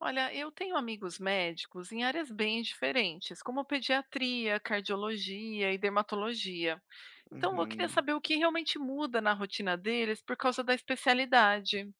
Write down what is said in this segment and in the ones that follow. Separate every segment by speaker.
Speaker 1: Olha, eu tenho amigos médicos em áreas bem diferentes, como pediatria, cardiologia e dermatologia. Então, eu queria
Speaker 2: Uhum.
Speaker 1: saber o que realmente muda na rotina deles por causa da especialidade.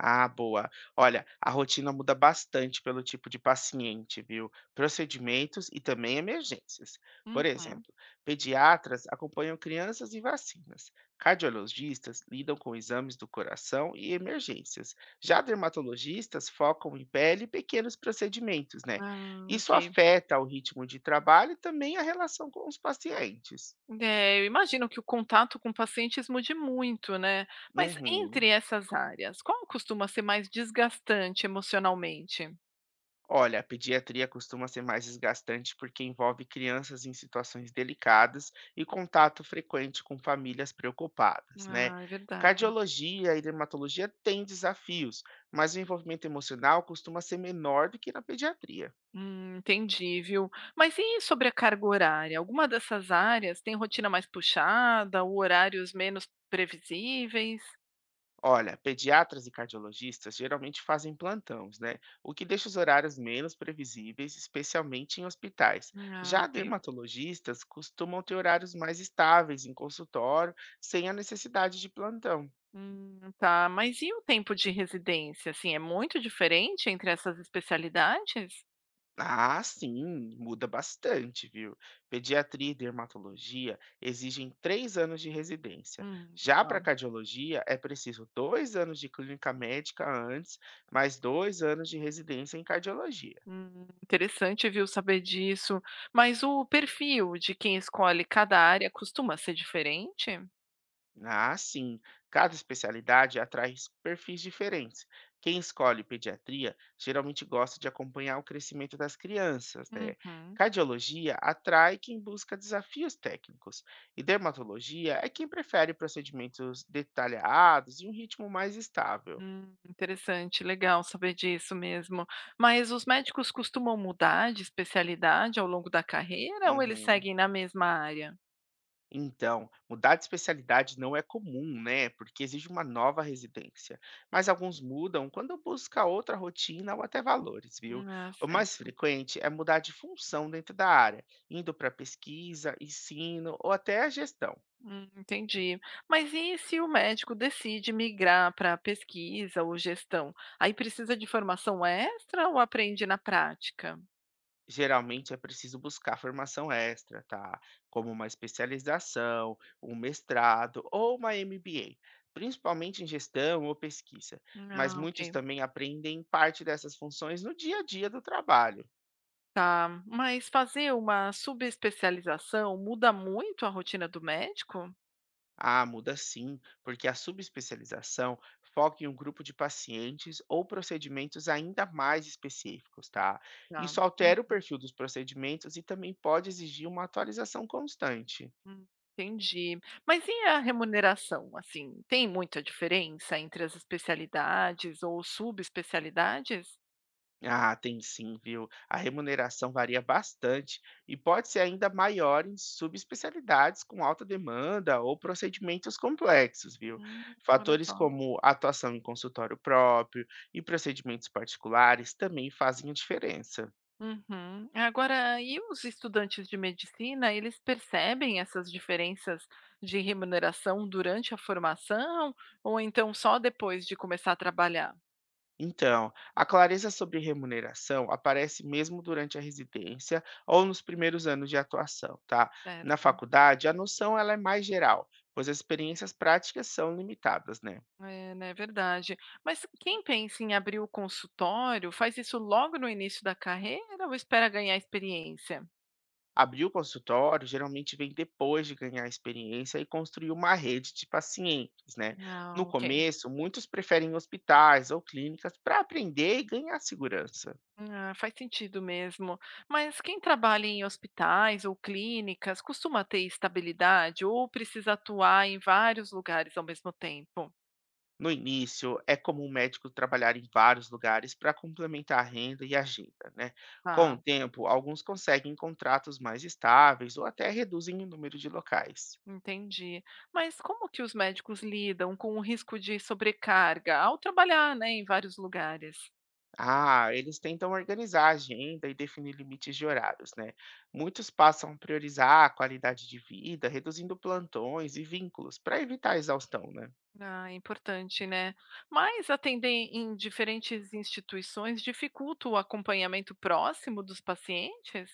Speaker 2: Ah, boa. Olha, a rotina muda bastante pelo tipo de paciente, viu? Procedimentos e também emergências. Por
Speaker 1: Uhum.
Speaker 2: exemplo, pediatras acompanham crianças e vacinas. Cardiologistas lidam com exames do coração e emergências. Já dermatologistas focam em pele e pequenos procedimentos, né?
Speaker 1: Ah, ok.
Speaker 2: Isso afeta o ritmo de trabalho e também a relação com os pacientes.
Speaker 1: É, eu imagino que o contato com pacientes mude muito, né? Mas
Speaker 2: Uhum.
Speaker 1: entre essas áreas, qual costuma ser mais desgastante emocionalmente?
Speaker 2: Olha, a pediatria costuma ser mais desgastante porque envolve crianças em situações delicadas e contato frequente com famílias preocupadas, né?
Speaker 1: Ah, é verdade.
Speaker 2: Cardiologia e dermatologia têm desafios, mas o envolvimento emocional costuma ser menor do que na pediatria.
Speaker 1: Entendi, viu. Mas e sobre a carga horária? Alguma dessas áreas tem rotina mais puxada ou horários menos previsíveis?
Speaker 2: Olha, pediatras e cardiologistas geralmente fazem plantões, né? O que deixa os horários menos previsíveis, especialmente em hospitais.
Speaker 1: Ah,
Speaker 2: Já
Speaker 1: ok.
Speaker 2: dermatologistas costumam ter horários mais estáveis em consultório, sem a necessidade de plantão.
Speaker 1: Tá. Mas e o tempo de residência? Assim, é muito diferente entre essas especialidades?
Speaker 2: Ah, sim, muda bastante, viu? Pediatria e dermatologia exigem 3 anos de residência. Já
Speaker 1: Tá.
Speaker 2: para cardiologia, é preciso 2 anos de clínica médica antes, mais 2 anos de residência em cardiologia.
Speaker 1: Interessante, viu, saber disso. Mas o perfil de quem escolhe cada área costuma ser diferente?
Speaker 2: Ah, sim. Cada especialidade atrai perfis diferentes. Quem escolhe pediatria geralmente gosta de acompanhar o crescimento das crianças, né?
Speaker 1: Uhum.
Speaker 2: Cardiologia atrai quem busca desafios técnicos. E dermatologia é quem prefere procedimentos detalhados e um ritmo mais estável.
Speaker 1: Interessante, legal saber disso mesmo. Mas os médicos costumam mudar de especialidade ao longo da carreira ou eles
Speaker 2: Uhum.
Speaker 1: seguem na mesma área?
Speaker 2: Então, mudar de especialidade não é comum, né? Porque exige uma nova residência. Mas alguns mudam quando busca outra rotina ou até valores, viu?
Speaker 1: Ah,
Speaker 2: O mais
Speaker 1: certo.
Speaker 2: frequente é mudar de função dentro da área, indo para pesquisa, ensino ou até a gestão.
Speaker 1: Entendi. Mas e se o médico decide migrar para pesquisa ou gestão? Aí precisa de formação extra ou aprende na prática?
Speaker 2: Geralmente é preciso buscar formação extra, tá? Como uma especialização, um mestrado ou uma MBA, principalmente em gestão ou pesquisa, mas
Speaker 1: Ah,
Speaker 2: muitos
Speaker 1: ok.
Speaker 2: também aprendem parte dessas funções no dia a dia do trabalho.
Speaker 1: Tá. Mas fazer uma subespecialização muda muito a rotina do médico?
Speaker 2: Ah, muda sim, porque a subespecialização foca em um grupo de pacientes ou procedimentos ainda mais específicos, tá?
Speaker 1: Tá.
Speaker 2: Isso altera o perfil dos procedimentos e também pode exigir uma atualização constante.
Speaker 1: Hum, entendi. Mas e a remuneração, assim, tem muita diferença entre as especialidades ou subespecialidades?
Speaker 2: Ah, tem sim, viu? A remuneração varia bastante e pode ser ainda maior em subespecialidades com alta demanda ou procedimentos complexos, viu?
Speaker 1: Olha
Speaker 2: Fatores
Speaker 1: só.
Speaker 2: como atuação em consultório próprio e procedimentos particulares também fazem a diferença.
Speaker 1: Uhum. Agora, e os estudantes de medicina, eles percebem essas diferenças de remuneração durante a formação ou então só depois de começar a trabalhar?
Speaker 2: Então, a clareza sobre remuneração aparece mesmo durante a residência ou nos primeiros anos de atuação, tá? Na
Speaker 1: Certo.
Speaker 2: faculdade, a noção ela é mais geral, pois as experiências práticas são limitadas, né?
Speaker 1: É, né, verdade. Mas quem pensa em abrir o consultório, faz isso logo no início da carreira ou espera ganhar experiência?
Speaker 2: Abrir o consultório geralmente vem depois de ganhar experiência e construir uma rede de pacientes, né? No
Speaker 1: Ah, ok.
Speaker 2: começo, muitos preferem hospitais ou clínicas para aprender e ganhar segurança.
Speaker 1: Ah, faz sentido mesmo. Mas quem trabalha em hospitais ou clínicas costuma ter estabilidade ou precisa atuar em vários lugares ao mesmo tempo?
Speaker 2: No início, é comum o médico trabalhar em vários lugares para complementar a renda e a agenda, né? Com
Speaker 1: Ah,
Speaker 2: o tempo, alguns conseguem contratos mais estáveis ou até reduzem o número de locais.
Speaker 1: entendi. Mas como que os médicos lidam com o risco de sobrecarga ao trabalhar, né, em vários lugares?
Speaker 2: Ah, eles tentam organizar a agenda e definir limites de horários, né? Muitos passam a priorizar a qualidade de vida, reduzindo plantões e vínculos para evitar a exaustão, né?
Speaker 1: Ah, é importante, né? Mas atender em diferentes instituições dificulta o acompanhamento próximo dos pacientes?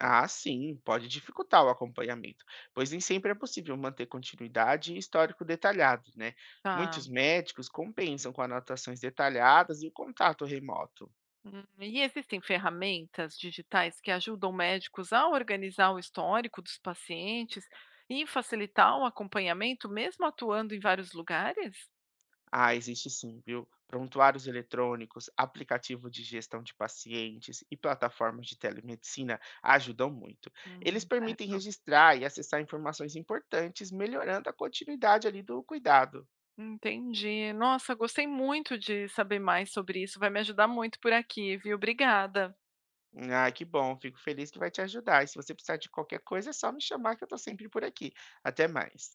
Speaker 2: Ah, sim, pode dificultar o acompanhamento, pois nem sempre é possível manter continuidade e histórico detalhado, né?
Speaker 1: Tá.
Speaker 2: Muitos médicos compensam com anotações detalhadas e o contato remoto.
Speaker 1: E existem ferramentas digitais que ajudam médicos a organizar o histórico dos pacientes e facilitar o acompanhamento, mesmo atuando em vários lugares?
Speaker 2: Ah, existe sim, viu? Prontuários eletrônicos, aplicativo de gestão de pacientes e plataformas de telemedicina ajudam muito. Eles permitem
Speaker 1: Certo.
Speaker 2: registrar e acessar informações importantes, melhorando a continuidade ali do cuidado.
Speaker 1: Entendi. Nossa, gostei muito de saber mais sobre isso. Vai me ajudar muito por aqui, viu? Obrigada.
Speaker 2: Ah, que bom, fico feliz que vai te ajudar. E se você precisar de qualquer coisa, é só me chamar que eu estou sempre por aqui. Até mais.